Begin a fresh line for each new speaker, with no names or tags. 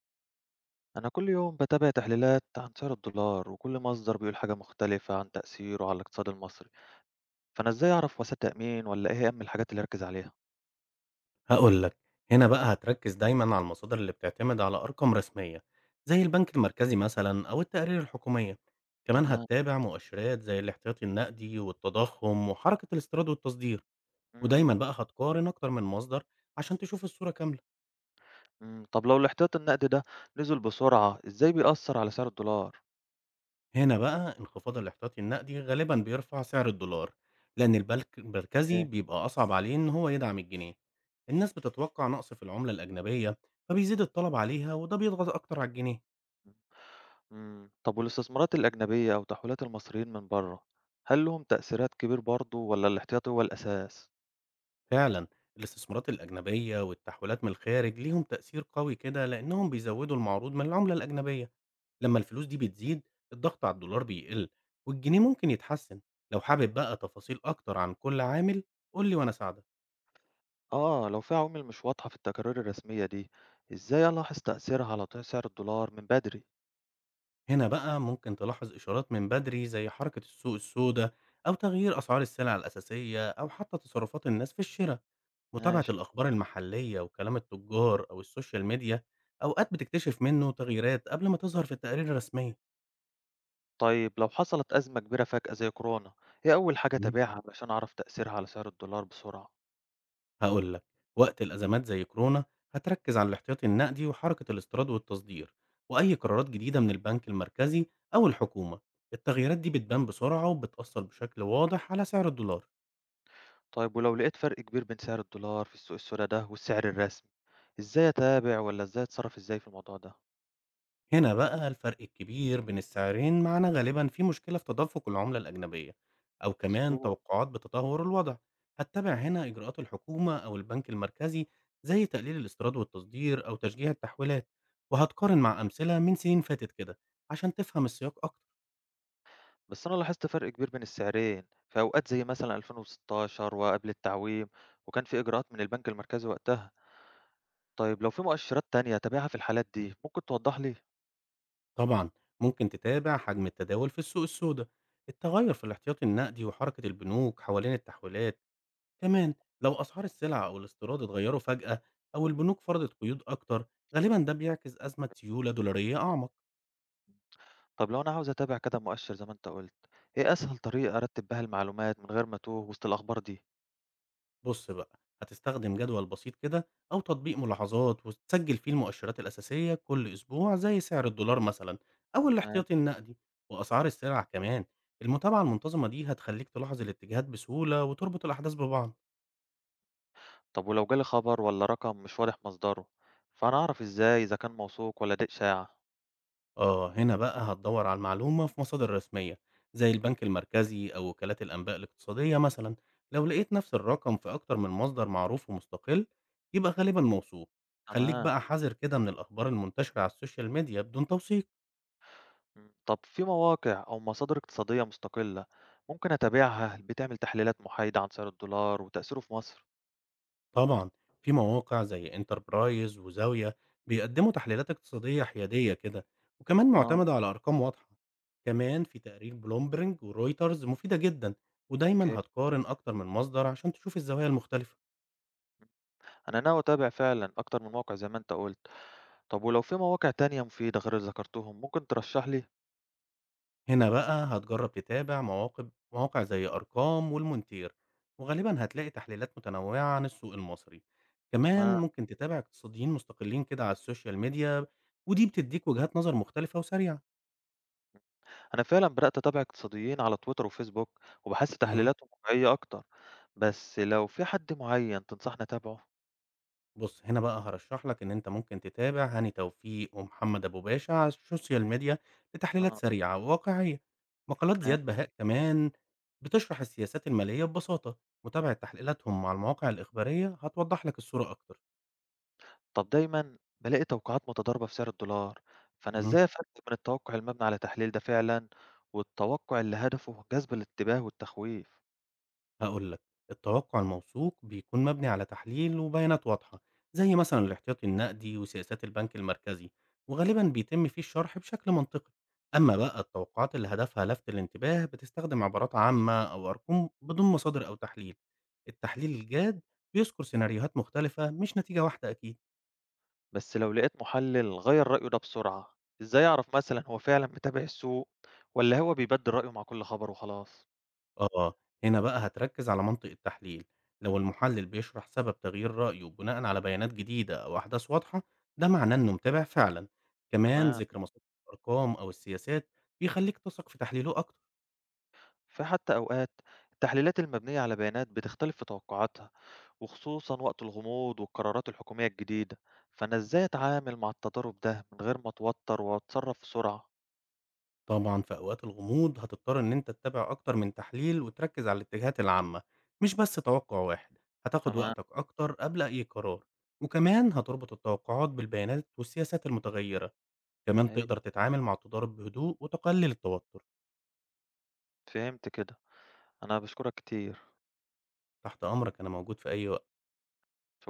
أنا كل يوم بتابع تحليلات عن سعر الدولار وكل مصدر بيقول حاجة مختلفة عن تأثيره على الاقتصاد المصري، فأنا إزاي أعرف وسائل تأمين ولا إيه أهم الحاجات اللي أركز عليها؟
هاقول لك، هنا بقى هتركّز دايمًا على المصادر اللي بتعتمد على أرقام رسمية، زي البنك المركزي مثلًا أو التقارير الحكومية، كمان
تمام.
هتتابع مؤشرات زي الاحتياطي النقدي والتضخم وحركة الاستيراد والتصدير، ودايمًا
مم.
بقى هتقارن أكتر من مصدر عشان تشوف الصورة كاملة.
مم. طب لو الاحتياط النقدي ده نزل بسرعة، إزاي بيأثر على سعر الدولار؟
هنا بقى انخفاض الاحتياطي النقدي غالبًا بيرفع سعر الدولار، لأن البنك المركزي
اوكي.
بيبقى أصعب عليه إن هو يدعم الجنيه، الناس بتتوقع نقص في العملة الأجنبية، فبيزيد الطلب عليها وده بيضغط أكتر على الجنيه.
مم. طب والاستثمارات الأجنبية أو تحويلات المصريين من بره، هل لهم تأثيرات كبير برضه ولا الاحتياط هو الأساس؟
فعلا الاستثمارات الأجنبية والتحويلات من الخارج ليهم تأثير قوي كده لأنهم بيزودوا المعروض من العملة الأجنبية. لما الفلوس دي بتزيد الضغط على الدولار بيقل والجنيه ممكن يتحسن. لو حابب بقى تفاصيل أكتر عن كل عامل قول لي وأنا أساعدك.
آه، لو في عوامل مش واضحة في التقارير الرسمية دي، إزاي ألاحظ تأثيرها على سعر الدولار من بدري؟
هنا بقى ممكن تلاحظ إشارات من بدري زي حركة السوق السوداء أو تغيير أسعار السلع الأساسية أو حتى تصرفات الناس في الشراء. متابعة
ماشي.
الأخبار المحلية وكلام التجار أو السوشيال ميديا أوقات بتكتشف منه تغييرات قبل ما تظهر في التقارير الرسمية.
طيب لو حصلت أزمة كبيرة فجأة زي كورونا، إيه أول حاجة
اهم.
أتابعها علشان أعرف تأثيرها على سعر الدولار بسرعة؟
هاقول لك، وقت الأزمات زي كورونا هتركّز على الاحتياطي النقدي وحركة الاستيراد والتصدير، وأي قرارات جديدة من البنك المركزي أو الحكومة، التغييرات دي بتبان بسرعة وبتأثّر بشكل واضح على سعر الدولار.
طيب ولو لقيت فرق كبير بين سعر الدولار في السوق السوداء ده والسعر الرسمي، إزاي أتابع ولا إزاي أتصرف إزاي في الموضوع ده؟
هنا بقى الفرق الكبير بين السعرين معناه غالبا في مشكلة في تدفق العملة الأجنبية أو كمان
مظبوط.
توقعات بتدهور الوضع. هتتابع هنا إجراءات الحكومة أو البنك المركزي زي تقليل الاستيراد والتصدير أو تشجيع التحويلات، وهتقارن مع أمثلة من سنين فاتت كده عشان تفهم السياق أكتر.
بس أنا لاحظت فرق كبير بين السعرين في أوقات زي مثلا 2016 وقبل التعويم، وكان في إجراءات من البنك المركزي وقتها، طيب لو في مؤشرات تانية أتابعها في الحالات دي ممكن توضح لي؟
طبعا ممكن تتابع حجم التداول في السوق السوداء، التغير في الاحتياطي النقدي وحركة البنوك حوالين التحويلات. كمان لو أسعار السلع أو الاستيراد اتغيروا فجأة أو البنوك فرضت قيود أكتر، غالبا ده بيعكس أزمة سيولة دولارية أعمق.
طب لو أنا عاوز أتابع كده مؤشر زي ما أنت قلت، إيه أسهل طريقة أرتب بها المعلومات من غير ما أتوه وسط الأخبار دي؟
بص بقى هتستخدم جدول بسيط كده أو تطبيق ملاحظات وتسجل فيه المؤشرات الأساسية كل أسبوع زي سعر الدولار مثلا أو
تمام.
الاحتياطي النقدي وأسعار السلع كمان. المتابعة المنتظمة دي هتخليك تلاحظ الاتجاهات بسهولة وتربط الأحداث ببعض.
طب ولو جالي خبر والّا رقم مش واضح مصدره، فأنا أعرف إزاي إذا كان موثوق والّا ده إشاعة؟
آه، هنا بقى هتدور على المعلومة في مصادر رسمية زي البنك المركزي أو وكالات الأنباء الاقتصادية مثلا. لو لقيت نفس الرقم في أكتر من مصدر معروف ومستقل يبقى غالبا موثوق. خليك
تمام.
بقى حذر كده من الأخبار المنتشرة على السوشيال ميديا بدون توثيق.
طب في مواقع أو مصادر اقتصادية مستقلة ممكن أتابعها بتعمل تحليلات محايدة عن سعر الدولار وتأثيره في مصر؟
طبعا في مواقع زي انتربرايز وزاوية بيقدموا تحليلات اقتصادية حيادية كده وكمان
آه.
معتمدة على أرقام واضحة. كمان في تقارير بلومبرنج ورويترز مفيدة جدا،
أوكي.
ودايما هتقارن أكتر من مصدر عشان تشوف الزوايا المختلفة.
أنا ناوي أتابع فعلًا أكتر من موقع زي ما أنت قُلت. طب ولو في مواقع تانية مفيدة غير اللي ذكرتهم ممكن ترشح لي؟
هنا بقى هتجرب تتابع مواقع مواقع زي أرقام والمونتير، وغالبا هتلاقي تحليلات متنوعة عن السوق المصري.
تمام.
كمان ممكن تتابع اقتصاديين مستقلين كده على السوشيال ميديا، ودي بتديك وجهات نظر مختلفة وسريعة.
أنا فعلًا بدأت أتابع اقتصاديين على تويتر وفيسبوك وباحس
مهم.
تحليلاتهم واقعية أكتر، بس لو في حد معين تنصحني أتابعه؟
بص هنا بقى هرشح لك ان انت ممكن تتابع هاني توفيق ومحمد ابو باشا على السوشيال ميديا لتحليلات
آه.
سريعة وواقعية. مقالات زياد بهاء كمان بتشرح السياسات المالية ببساطة. متابعة تحليلاتهم مع المواقع الإخبارية هتوضح لك الصورة أكتر.
طب دايمًا بالاقي توقعات متضاربة في سعر الدولار، فأنا
مهم.
إزاي أفرق بين التوقع المبني على تحليل ده فعلًا والتوقع اللي هدفه جذب الانتباه والتخويف؟
هاقول لك، التوقع الموثوق بيكون مبني على تحليل وبيانات واضحة، زي مثلًا الاحتياطي النقدي وسياسات البنك المركزي، وغالبًا بيتم فيه الشرح بشكل منطقي. أما بقى التوقعات اللي هدفها لفت الانتباه بتستخدم عبارات عامة أو أرقام بدون مصادر أو تحليل. التحليل الجاد بيذكر سيناريوهات مختلفة مش نتيجة واحدة أكيد.
بس لو لقيت محلل غيّر رأيه ده بسرعة، إزاي أعرف مثلًا هو فعلًا متابع السوق والّا هو بيبدل رأيه مع كل خبر وخلاص؟
آه، هنا بقى هتركز على منطق التحليل، لو المحلل بيشرح سبب تغيير رأيه بناءً على بيانات جديدة أو أحداث واضحة، ده معناه إنه متابع فعلًا، كمان
تمام.
ذكر مصادر الأرقام أو السياسات بيخليك تثق في تحليله أكتر.
في حتى أوقات التحليلات المبنية على بيانات بتختلف في توقعاتها، وخصوصًا وقت الغموض والقرارات الحكومية الجديدة، فأنا إزاي أتعامل مع التضارب ده من غير ما أتوتر وأتصرف بسرعة؟
طبعًا في أوقات الغموض هتضطر إن أنت تتابع أكتر من تحليل وتركز على الاتجاهات العامة، مش بس توقع واحد، هتاخد
تمام.
وقتك أكتر قبل أي قرار، وكمان هتربط التوقعات بالبيانات والسياسات المتغيرة، كمان
أيوه.
تقدر تتعامل مع التضارب بهدوء وتقلل التوتر.
فهمت كده. أنا باشكرك كتير.
تحت أمرك، أنا موجود في أي وقت.